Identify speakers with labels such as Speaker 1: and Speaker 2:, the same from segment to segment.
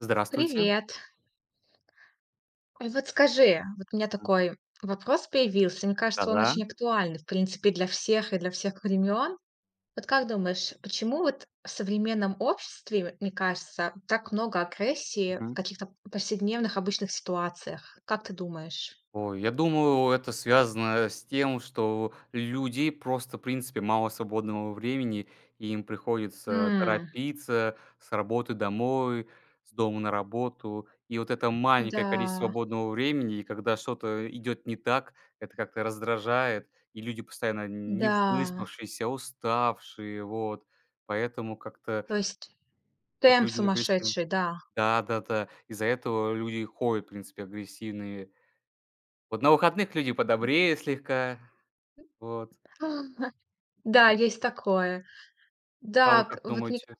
Speaker 1: Здравствуйте.
Speaker 2: Привет. Ой, вот скажи, вот у меня
Speaker 1: М,
Speaker 2: такой вопрос появился. Мне кажется, он
Speaker 1: да-да.
Speaker 2: очень актуальный, в принципе, для всех и для всех времен. Вот как думаешь, почему вот в современном обществе, мне кажется, так много агрессии в
Speaker 1: Мгм.
Speaker 2: каких-то повседневных обычных ситуациях? Как ты думаешь?
Speaker 1: Ой, я думаю, это связано с тем, что людей просто, в принципе, мало свободного времени, и им приходится
Speaker 2: М,
Speaker 1: торопиться с работы домой, с дома на работу. И вот это маленькое количество
Speaker 2: да,
Speaker 1: свободного времени, и когда что-то идет не так, это как-то раздражает, и люди постоянно не
Speaker 2: да.
Speaker 1: выспавшиеся, а уставшие, вот. Поэтому как-то
Speaker 2: То есть
Speaker 1: вот
Speaker 2: темп
Speaker 1: люди агрессивны.
Speaker 2: сумасшедший, да.
Speaker 1: Да-да-да. Из-за этого люди ходят, в принципе, агрессивные. Вот на выходных люди подобрее слегка. Вот.
Speaker 2: Да,
Speaker 1: А
Speaker 2: есть такое.
Speaker 1: а вы
Speaker 2: Да,
Speaker 1: как
Speaker 2: вот мне.
Speaker 1: думаете?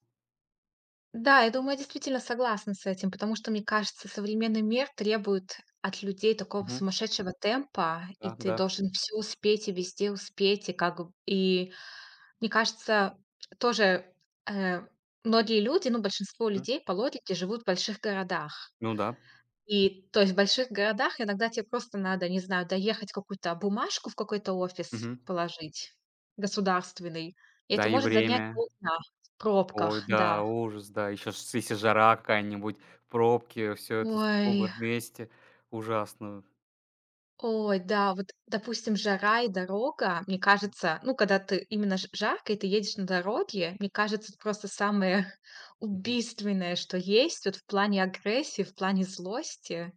Speaker 2: Да, я думаю, я действительно согласна с этим, потому что, мне кажется, современный мир требует от людей такого
Speaker 1: Мгм.
Speaker 2: сумасшедшего темпа, и
Speaker 1: Да,
Speaker 2: ты
Speaker 1: да.
Speaker 2: должен все успеть и везде успеть, и как бы мне кажется, тоже, э, многие люди, ну, большинство
Speaker 1: М.
Speaker 2: людей по логике живут в больших городах.
Speaker 1: Ну да.
Speaker 2: И, то есть, в больших городах иногда тебе просто надо, не знаю, доехать какую-то бумажку в какой-то офис
Speaker 1: Мгм.
Speaker 2: положить государственный. И
Speaker 1: Да,
Speaker 2: это
Speaker 1: и
Speaker 2: может занять
Speaker 1: время.
Speaker 2: полдня в
Speaker 1: Ой,
Speaker 2: пробках, да.
Speaker 1: да, ужас, да. Еще ж если жара какая-нибудь, пробки, все это сугубо
Speaker 2: Ой,
Speaker 1: вместе. Ужасно.
Speaker 2: ой, да, вот, допустим, жара и дорога, мне
Speaker 1: Мгм.
Speaker 2: кажется, ну, когда ты именно ж жарко и ты едешь на дороге, мне кажется, это просто самое
Speaker 1: Мгм.
Speaker 2: убийственное, что есть вот в плане агрессии, в плане злости.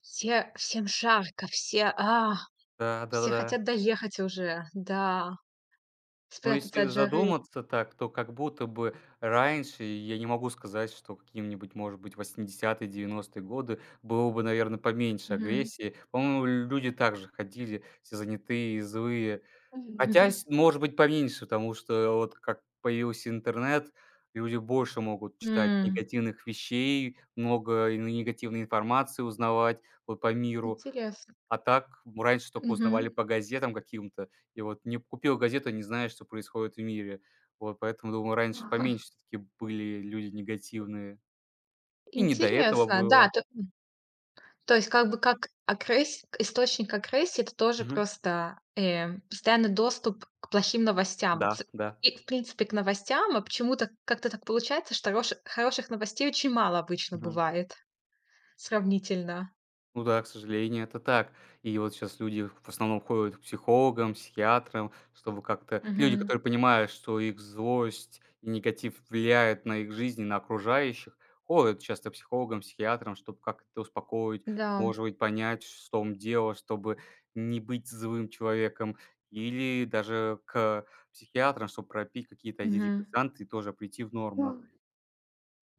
Speaker 2: Все всем жарко, все,
Speaker 1: Да,
Speaker 2: все
Speaker 1: да-да-да.
Speaker 2: хотят доехать уже, да,
Speaker 1: Ну,
Speaker 2: спрятаться
Speaker 1: если
Speaker 2: от жары.
Speaker 1: задуматься так, то как будто бы раньше, и я не могу сказать, что каким-нибудь, может быть, восьмидесятые-девяностые годы было бы, наверное, поменьше
Speaker 2: Мгм.
Speaker 1: агрессии. По-моему, люди также ходили, все занятые и злые. Хотя, может быть, поменьше, потому что вот как появился интернет, люди больше могут читать
Speaker 2: М,
Speaker 1: негативных вещей, много и негативной информации узнавать вот по миру.
Speaker 2: интересно.
Speaker 1: А так, раньше только узнавали
Speaker 2: Мгм.
Speaker 1: по газетам каким-то, и вот не купил газету, не знаешь, что происходит в мире. Вот поэтому, думаю, раньше поменьше все таки были люди негативные. И не до этого
Speaker 2: Интересно,
Speaker 1: было.
Speaker 2: да. То есть как бы как агресс источник агрессии — это тоже
Speaker 1: Мгм.
Speaker 2: просто, постоянный доступ к плохим новостям, а, к
Speaker 1: Да,
Speaker 2: с
Speaker 1: да.
Speaker 2: и, в принципе, к новостям. А почему-то как-то так получается, что рош хороших новостей очень мало обычно
Speaker 1: Мгм.
Speaker 2: бывает сравнительно.
Speaker 1: Ну да, к сожалению, это так. И вот сейчас люди в основном ходят к психологам, психиатрам, чтобы как-то люди,
Speaker 2: Мгм.
Speaker 1: которые понимают, что их злость и негатив влияет на их жизнь и на окружающих, ходят часто к психологам, психиатрам, чтобы как-то успокоить,
Speaker 2: Да.
Speaker 1: может быть, понять, в он дело, чтобы не быть злым человеком. Или даже к психиатрам, чтобы пропить какие-то
Speaker 2: Мгм.
Speaker 1: антидепрессанты и тоже прийти в
Speaker 2: Ну,
Speaker 1: норму.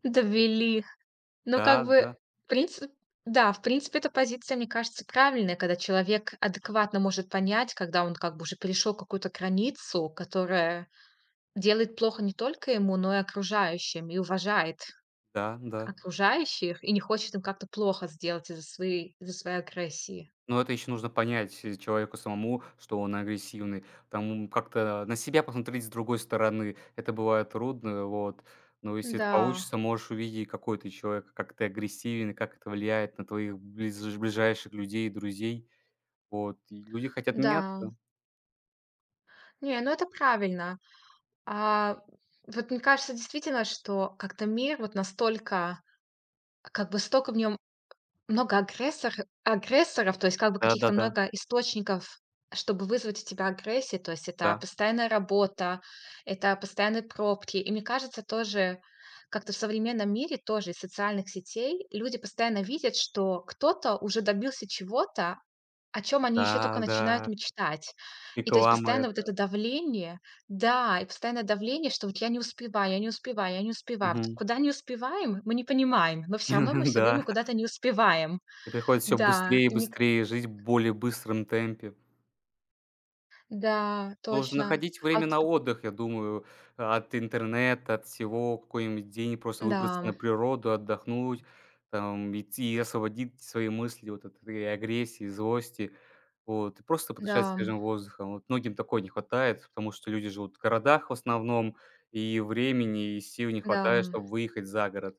Speaker 2: довели. Но как
Speaker 1: Да, да,
Speaker 2: бы, в принципе, да, в принципе, эта позиция, мне кажется, правильная, когда человек адекватно может понять, когда он как бы уже перешел какую-то границу, которая делает плохо не только ему, но и окружающим, и уважает
Speaker 1: да, да.
Speaker 2: окружающих, и не хочет им как-то плохо сделать из-за своей агрессии.
Speaker 1: Но это еще нужно понять, человеку самому, что он агрессивный. Там как-то на себя посмотреть с другой стороны. Это бывает трудно, вот. Но если это
Speaker 2: Да,
Speaker 1: получится, можешь увидеть, какой ты человек, как ты агрессивен, и как это влияет на твоих ближайших людей, друзей. Вот. И люди хотят
Speaker 2: да.
Speaker 1: меняться.
Speaker 2: Не, ну это правильно. А, вот мне кажется, действительно, что как-то мир вот настолько, как бы, столько в нем много агрессоров, то есть как бы каких-то
Speaker 1: Да-да-да.
Speaker 2: много источников, чтобы вызвать у тебя агрессию. То есть это
Speaker 1: Да.
Speaker 2: постоянная работа, это постоянные пробки. И мне кажется, тоже как-то в современном мире, тоже из социальных сетей, люди постоянно видят, что кто-то уже добился чего-то, о чем они еще только
Speaker 1: Да-да.
Speaker 2: начинают мечтать. И то есть
Speaker 1: Реклама
Speaker 2: постоянно вот
Speaker 1: это.
Speaker 2: это давление, да, и постоянное давление, что вот я не успеваю. Вот
Speaker 1: Мгм.
Speaker 2: куда не успеваем, мы не понимаем, но все равно мы все время
Speaker 1: Да.
Speaker 2: куда-то не успеваем.
Speaker 1: И приходится все
Speaker 2: Да,
Speaker 1: быстрее и
Speaker 2: и мне к
Speaker 1: быстрее жить в более быстром темпе.
Speaker 2: да,
Speaker 1: Нужно
Speaker 2: точно.
Speaker 1: находить
Speaker 2: А
Speaker 1: время
Speaker 2: вот
Speaker 1: на отдых, я думаю, от интернета, от всего, какой-нибудь день просто выбраться
Speaker 2: да,
Speaker 1: на природу, отдохнуть, там, идти и освободить свои мысли вот от этой агрессии, злости, вот, и просто подышать
Speaker 2: да,
Speaker 1: свежим воздухом. Вот многим такого не хватает, потому что люди живут в городах в основном, и времени, и сил не
Speaker 2: да,
Speaker 1: хватает, чтобы выехать за город.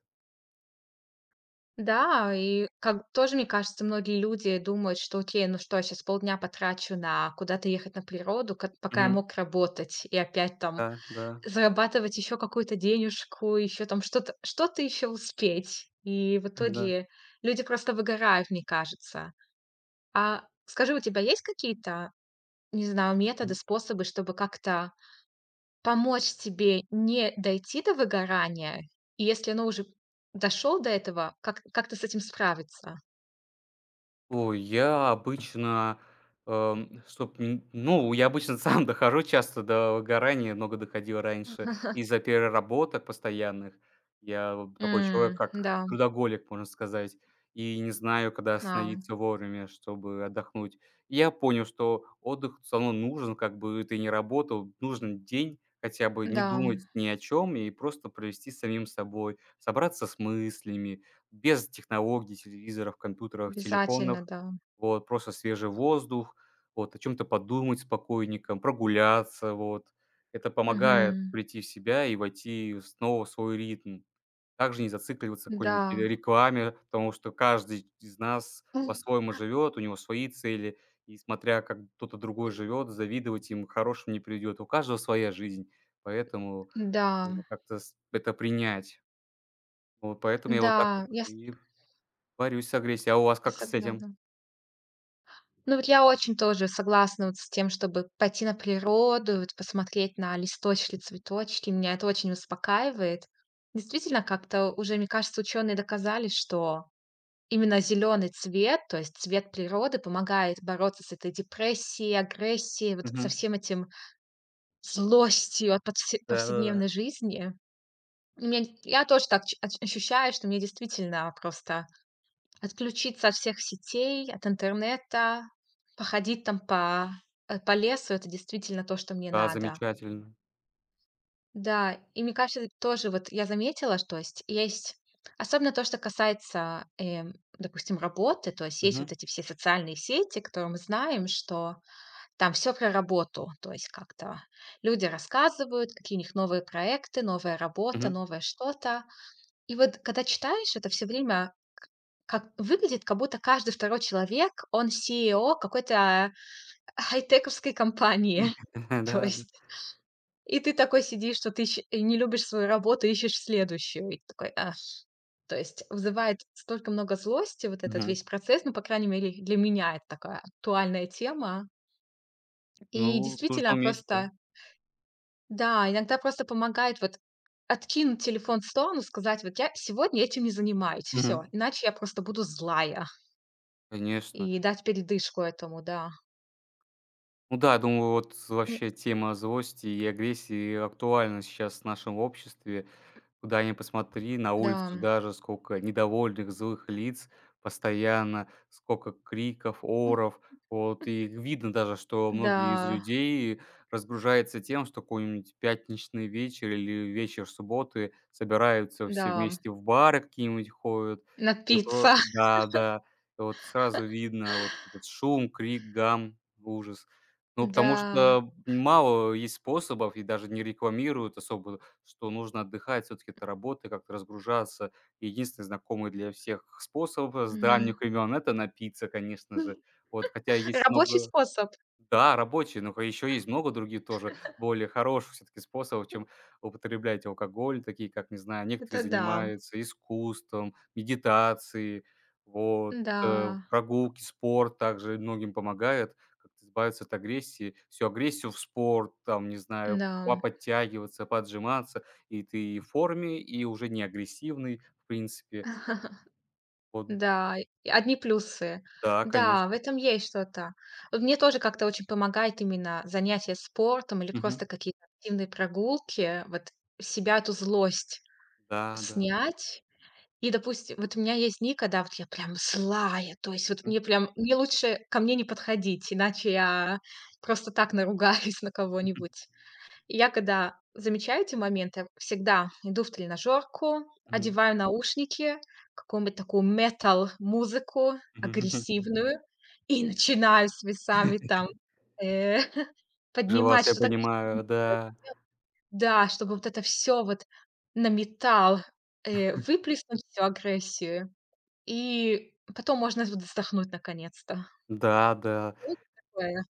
Speaker 2: да, и как тоже, мне кажется, многие люди думают, что: "Окей, ну что, я сейчас полдня потрачу на куда-то ехать на природу, ка пока я
Speaker 1: Мгм.
Speaker 2: мог работать и опять там
Speaker 1: Да, да,
Speaker 2: зарабатывать еще какую-то денежку, еще там что-то еще успеть". И в
Speaker 1: да.
Speaker 2: итоге люди просто выгорают, мне кажется. А скажи, у тебя есть какие-то, не знаю, методы, способы, чтобы как-то помочь тебе не дойти до выгорания, и если оно уже дошел до этого, как как-то с этим справиться?
Speaker 1: Ой, я обычно, чтоб н ну, я обычно сам дохожу часто до выгорания, много доходил раньше из-за переработок постоянных. Я вот такой человек,
Speaker 2: М,
Speaker 1: как
Speaker 2: да,
Speaker 1: трудоголик, можно сказать, и не знаю, когда
Speaker 2: а,
Speaker 1: остановиться вовремя, чтобы отдохнуть. Я понял, что отдых всё равно нужен, как бы ты ни работал, нужен день хотя бы не
Speaker 2: да,
Speaker 1: думать ни о чем и просто провести с самим собой, собраться с мыслями. Без технологий, телевизоров, компьютеров, телефонов.
Speaker 2: обязательно, да.
Speaker 1: Вот, просто свежий воздух, вот, о чем то подумать спокойненько, прогуляться, вот. Это помогает
Speaker 2: Мгм.
Speaker 1: прийти в себя и войти снова в свой ритм. Также не зацикливаться на какой-нибудь
Speaker 2: Да.
Speaker 1: рекламе, потому что каждый из нас по-своему живет, у него свои цели, и смотря, как кто-то другой живет, завидовать им к хорошему не придет. У каждого своя жизнь, поэтому
Speaker 2: Да,
Speaker 1: нужно как-то с это принять. Вот поэтому я вот так
Speaker 2: да,
Speaker 1: вот и борюсь с агрессией. А у вас
Speaker 2: я
Speaker 1: как с этим?
Speaker 2: согласна. Ну, вот я очень тоже согласна вот с тем, чтобы пойти на природу, вот посмотреть на листочки, цветочки. Меня это очень успокаивает. Действительно, как-то уже, мне кажется, ученые доказали, что именно зеленый цвет, то есть цвет природы, помогает бороться с этой депрессией, агрессией, вот со
Speaker 1: Мгм.
Speaker 2: всем этим злостью от подсе
Speaker 1: Да-да-да.
Speaker 2: повседневной жизни. У меня я тоже так ч оч ощущаю, что мне действительно просто отключиться от всех сетей, от интернета, походить там по, по лесу — это действительно то, что мне
Speaker 1: Да,
Speaker 2: надо.
Speaker 1: замечательно.
Speaker 2: Да, и мне кажется, тоже вот я заметила, что есть особенно то, что касается, допустим, работы. То есть есть вот
Speaker 1: Мгм,
Speaker 2: эти все социальные сети, которые мы знаем, что там все про работу. То есть как-то люди рассказывают, какие у них новые проекты, новая работа,
Speaker 1: мгм.
Speaker 2: новое что-то. И вот когда читаешь, это все время к как выглядит, как будто каждый второй человек, он CEO какой-то хай-тековской компании. То
Speaker 1: Да, да.
Speaker 2: есть и ты такой сидишь, что ты ищ не любишь свою работу, ищешь следующую. И ты такой: "Ах". То есть вызывает столько много злости вот этот
Speaker 1: Мгм.
Speaker 2: весь процесс. Ну, по крайней мере, для меня это такая актуальная тема. И
Speaker 1: Ну, нужно
Speaker 2: действительно
Speaker 1: уметь, да.
Speaker 2: просто да, иногда просто помогает вот откинуть телефон в сторону, сказать: "Вот я сегодня этим не занимаюсь, все,
Speaker 1: Мгм.
Speaker 2: иначе я просто буду злая".
Speaker 1: Конечно.
Speaker 2: И дать передышку этому, да.
Speaker 1: Ну да, думаю, вот
Speaker 2: Не
Speaker 1: вообще тема злости и агрессии актуальна сейчас в нашем обществе. Куда ни посмотри, на улицу
Speaker 2: да.
Speaker 1: даже сколько недовольных, злых лиц постоянно, сколько криков,
Speaker 2: М.
Speaker 1: оров. Вот, и видно даже, что многие из
Speaker 2: Да,
Speaker 1: людей разгружаются тем, что какой-нибудь пятничный вечер или вечер субботы собираются все
Speaker 2: да.
Speaker 1: вместе в бары какие-нибудь ходят.
Speaker 2: Напиться.
Speaker 1: Да, да. И вот сразу видно вот этот шум, крик, гам, ужас. Ну, потому
Speaker 2: Да.
Speaker 1: что мало есть способов, и даже не рекламируют особо, что нужно отдыхать все таки от работы, как-то разгружаться. Единственный знакомый для всех способ с
Speaker 2: Мгм.
Speaker 1: давних времен — это напиться, конечно же. Вот, хотя есть
Speaker 2: Рабочий
Speaker 1: много
Speaker 2: способ.
Speaker 1: да, рабочий, но еще есть много других тоже более хороших все-таки способов, чем употреблять алкоголь, такие как, не знаю, некоторые
Speaker 2: Это да.
Speaker 1: занимаются искусством, медитацией, вот,
Speaker 2: Да,
Speaker 1: прогулки, спорт также многим помогает как-то избавиться от агрессии, всю агрессию в спорт, там, не знаю,
Speaker 2: да.
Speaker 1: подтягиваться, поджиматься, и ты и в форме, и уже не агрессивный, в принципе. Вот,
Speaker 2: Да, и одни плюсы.
Speaker 1: да, конечно.
Speaker 2: Да, в этом есть что-то. Вот мне тоже как-то очень помогает именно занятие спортом или
Speaker 1: Мгм.
Speaker 2: просто какие-то активные прогулки, вот с себя эту злость
Speaker 1: Да, да.
Speaker 2: снять. И, допустим, вот у меня есть дни, когда вот я прям злая, то есть вот
Speaker 1: Мгм.
Speaker 2: мне прям мне лучше ко мне не подходить, иначе я просто так наругаюсь на кого-нибудь. И я когда замечаю эти моменты, всегда иду в тренажерку,
Speaker 1: Мгм.
Speaker 2: одеваю наушники, какую-нибудь такую метал-музыку,
Speaker 1: Мгм.
Speaker 2: агрессивную, и начинаю с весами там, э,
Speaker 1: Же вас
Speaker 2: поднимать
Speaker 1: я
Speaker 2: что-то агрессивное.
Speaker 1: понимаю, да.
Speaker 2: Да, чтобы вот это все вот на металл, выплеснуть всю агрессию. И потом можно вот вздохнуть наконец-то.
Speaker 1: Да, да.
Speaker 2: Было такое?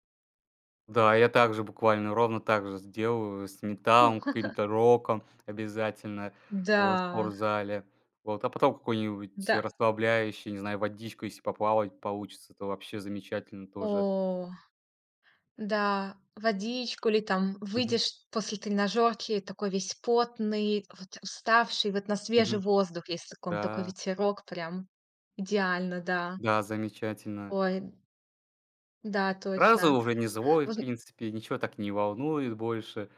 Speaker 1: Да, я также буквально ровно так же сделаю с металлом, каким-то роком обязательно, вот, в
Speaker 2: Да,
Speaker 1: спортзале. Вот, а потом какой-нибудь
Speaker 2: да.
Speaker 1: расслабляющий, не знаю, водичку, если поплавать получится, то вообще замечательно тоже.
Speaker 2: О. Да, водичку или там
Speaker 1: Мгм,
Speaker 2: выйдешь после тренажерки такой весь потный, вот уставший, вот на свежий
Speaker 1: мгм.
Speaker 2: воздух, есть таком такой
Speaker 1: Да,
Speaker 2: ветерок прям идеально, да.
Speaker 1: да, замечательно.
Speaker 2: Ой, да,
Speaker 1: Сразу
Speaker 2: точно.
Speaker 1: уже не злой, в
Speaker 2: Уз
Speaker 1: принципе, ничего так не волнует больше.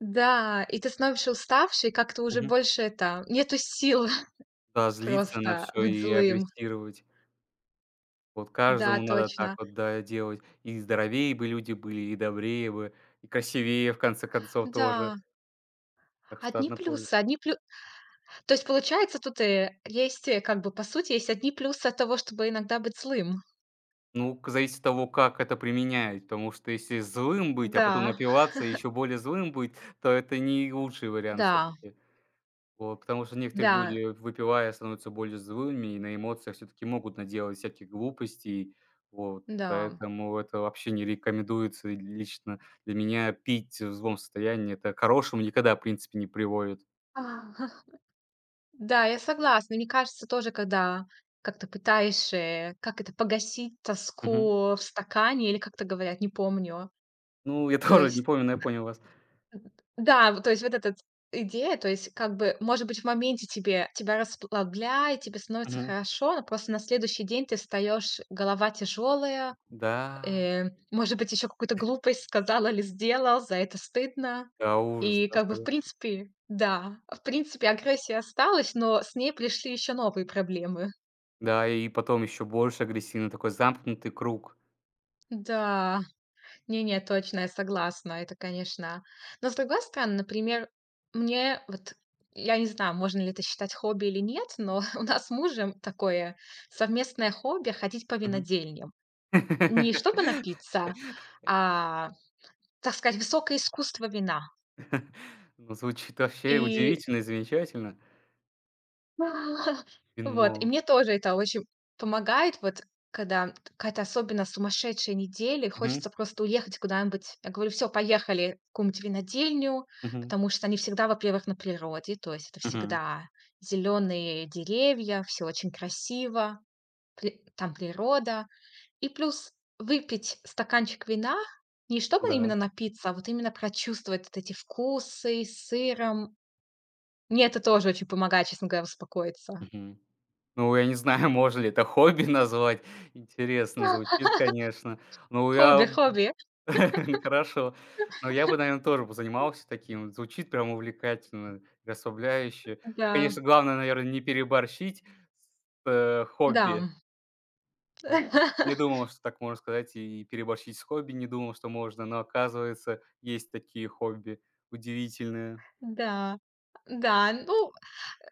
Speaker 2: Да, и ты становишься уставший, как-то уже
Speaker 1: Мгм.
Speaker 2: больше это, нету сил
Speaker 1: Да, злиться на
Speaker 2: просто
Speaker 1: все
Speaker 2: быть
Speaker 1: и
Speaker 2: злым.
Speaker 1: агрессировать. Вот
Speaker 2: Да,
Speaker 1: каждому надо
Speaker 2: точно.
Speaker 1: так вот, да, делать. И здоровее бы люди были, и добрее бы, и красивее, в конце концов, тоже.
Speaker 2: Да,
Speaker 1: Так что
Speaker 2: одни
Speaker 1: одна польза.
Speaker 2: плюсы, одни плю То есть получается, тут и есть, как бы по сути, есть одни плюсы от того, чтобы иногда быть злым.
Speaker 1: Ну, к зависит от того, как это применять, потому что если злым быть, а потом
Speaker 2: Да,
Speaker 1: напиваться и еще более злым быть, то это не лучший вариант
Speaker 2: да.
Speaker 1: все-таки. Вот, потому что некоторые
Speaker 2: Да,
Speaker 1: люди, выпивая, становятся более злыми и на эмоциях все-таки могут наделать всяких глупостей. Вот,
Speaker 2: да.
Speaker 1: поэтому это вообще не рекомендуется и лично для меня пить в злом состоянии. Это к хорошему никогда, в принципе, не приводит.
Speaker 2: Да, я согласна. Мне кажется, тоже, когда как-то пытаешься как это, погасить
Speaker 1: Мгм.
Speaker 2: тоску в стакане или как-то говорят, не помню.
Speaker 1: Ну, я
Speaker 2: То
Speaker 1: тоже не
Speaker 2: есть,
Speaker 1: помню, но я понял вас.
Speaker 2: да, вот, то есть вот эта идея, то есть как бы, может быть, в моменте тебе тебя расслабляет, тебе становится
Speaker 1: Мгм.
Speaker 2: хорошо, но просто на следующий день ты встаешь, голова тяжелая.
Speaker 1: Да,
Speaker 2: Э, может быть, еще какую-то глупость сказал или сделал, за это стыдно.
Speaker 1: да, ужас,
Speaker 2: И
Speaker 1: да,
Speaker 2: как бы в
Speaker 1: согласен.
Speaker 2: принципе да, в принципе, агрессия осталась, но с ней пришли еще новые проблемы.
Speaker 1: Да, и потом еще больше агрессивно, такой замкнутый круг.
Speaker 2: Да, не-не, точно, я согласна, это, конечно. Но с другой стороны, например, мне вот я не знаю, можно ли это считать хобби или нет, но у нас с мужем такое совместное хобби — ходить по
Speaker 1: Мгм.
Speaker 2: винодельням. Не чтобы напиться, а, так сказать, высокое искусство вина.
Speaker 1: Ну, звучит вообще
Speaker 2: И
Speaker 1: удивительно и замечательно. Вино.
Speaker 2: вот, и мне тоже это очень помогает, вот когда какая-то особенно сумасшедшая неделя, и
Speaker 1: Мгм,
Speaker 2: хочется просто уехать куда-нибудь. Я говорю: "Все, поехали в какую-нибудь винодельню",
Speaker 1: мгм.
Speaker 2: потому что они всегда, во-первых, на природе, то есть это
Speaker 1: Мгм.
Speaker 2: всегда зеленые деревья, все очень красиво, при там природа. И плюс выпить стаканчик вина, не чтобы
Speaker 1: Да.
Speaker 2: именно напиться, а вот именно прочувствовать вот эти вкусы с сыром. Мне это тоже очень помогает, честно говоря, успокоиться.
Speaker 1: Мгм. Ну, я не знаю, можно ли это хобби назвать. Интересно звучит, конечно. Ну, я
Speaker 2: Хобби
Speaker 1: б
Speaker 2: хобби,
Speaker 1: ну, хорошо. Но я бы, наверное, тоже бы занимался таким. Звучит прям увлекательно, расслабляюще.
Speaker 2: да,
Speaker 1: Конечно, главное, наверное, не переборщить с
Speaker 2: да,
Speaker 1: хобби. Вот не думал, что так можно сказать, и переборщить с хобби не думал, что можно, но, оказывается, есть такие хобби удивительные.
Speaker 2: да, да. Ну,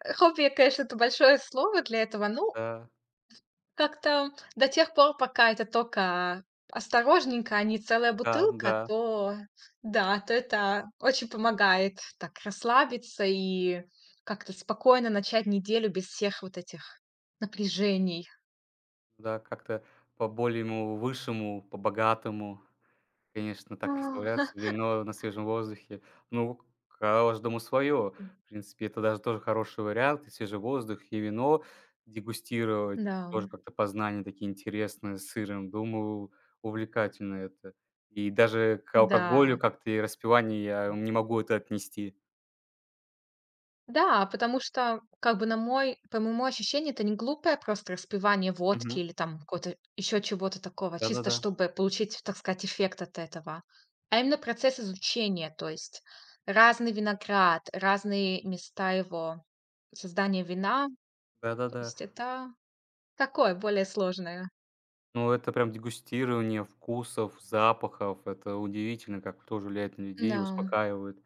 Speaker 2: хобби, конечно, это большое слово для этого. Ну,
Speaker 1: Да,
Speaker 2: как-то до тех пор, пока это только осторожненько, а не целая
Speaker 1: да,
Speaker 2: бутылка,
Speaker 1: да.
Speaker 2: то да, то это очень помогает так расслабиться и как-то спокойно начать неделю без всех вот этих напряжений.
Speaker 1: Да, как-то по более высшему, по-богатому, конечно, так расслабляться, вино на свежем воздухе. Ну, каждому свое. В принципе, это даже тоже хороший вариант. И свежий воздух, и вино дегустировать.
Speaker 2: Да,
Speaker 1: Тоже как-то познания такие интересные с сыром. Думаю, увлекательно это. И даже к алкоголю
Speaker 2: да.
Speaker 1: как-то и распиванию я не могу это отнести.
Speaker 2: Да, потому что, как бы, на мой по моему ощущению, это не глупое просто распивание водки
Speaker 1: Мгм.
Speaker 2: или там какого-то еще чего-то такого, чисто
Speaker 1: Да-да-да.
Speaker 2: чтобы получить, так сказать, эффект от этого, а именно процесс изучения. То есть разный виноград, разные места его создания вина. То
Speaker 1: Да-да-да.
Speaker 2: есть это такое более сложное.
Speaker 1: Ну, это прям дегустирование вкусов, запахов. Это удивительно, как тоже влияет на людей
Speaker 2: Да,
Speaker 1: и успокаивает.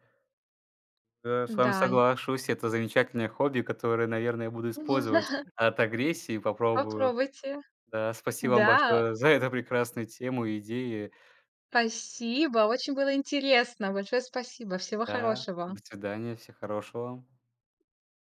Speaker 1: Да, с вами
Speaker 2: да.
Speaker 1: соглашусь, это замечательное хобби, которое, наверное, я буду использовать от агрессии, попробую.
Speaker 2: Попробуйте.
Speaker 1: Да, спасибо вам
Speaker 2: Да,
Speaker 1: большое за эту прекрасную тему и идеи.
Speaker 2: спасибо, очень было интересно. Большое спасибо. Всего
Speaker 1: Да,
Speaker 2: хорошего.
Speaker 1: до свидания, всего хорошего.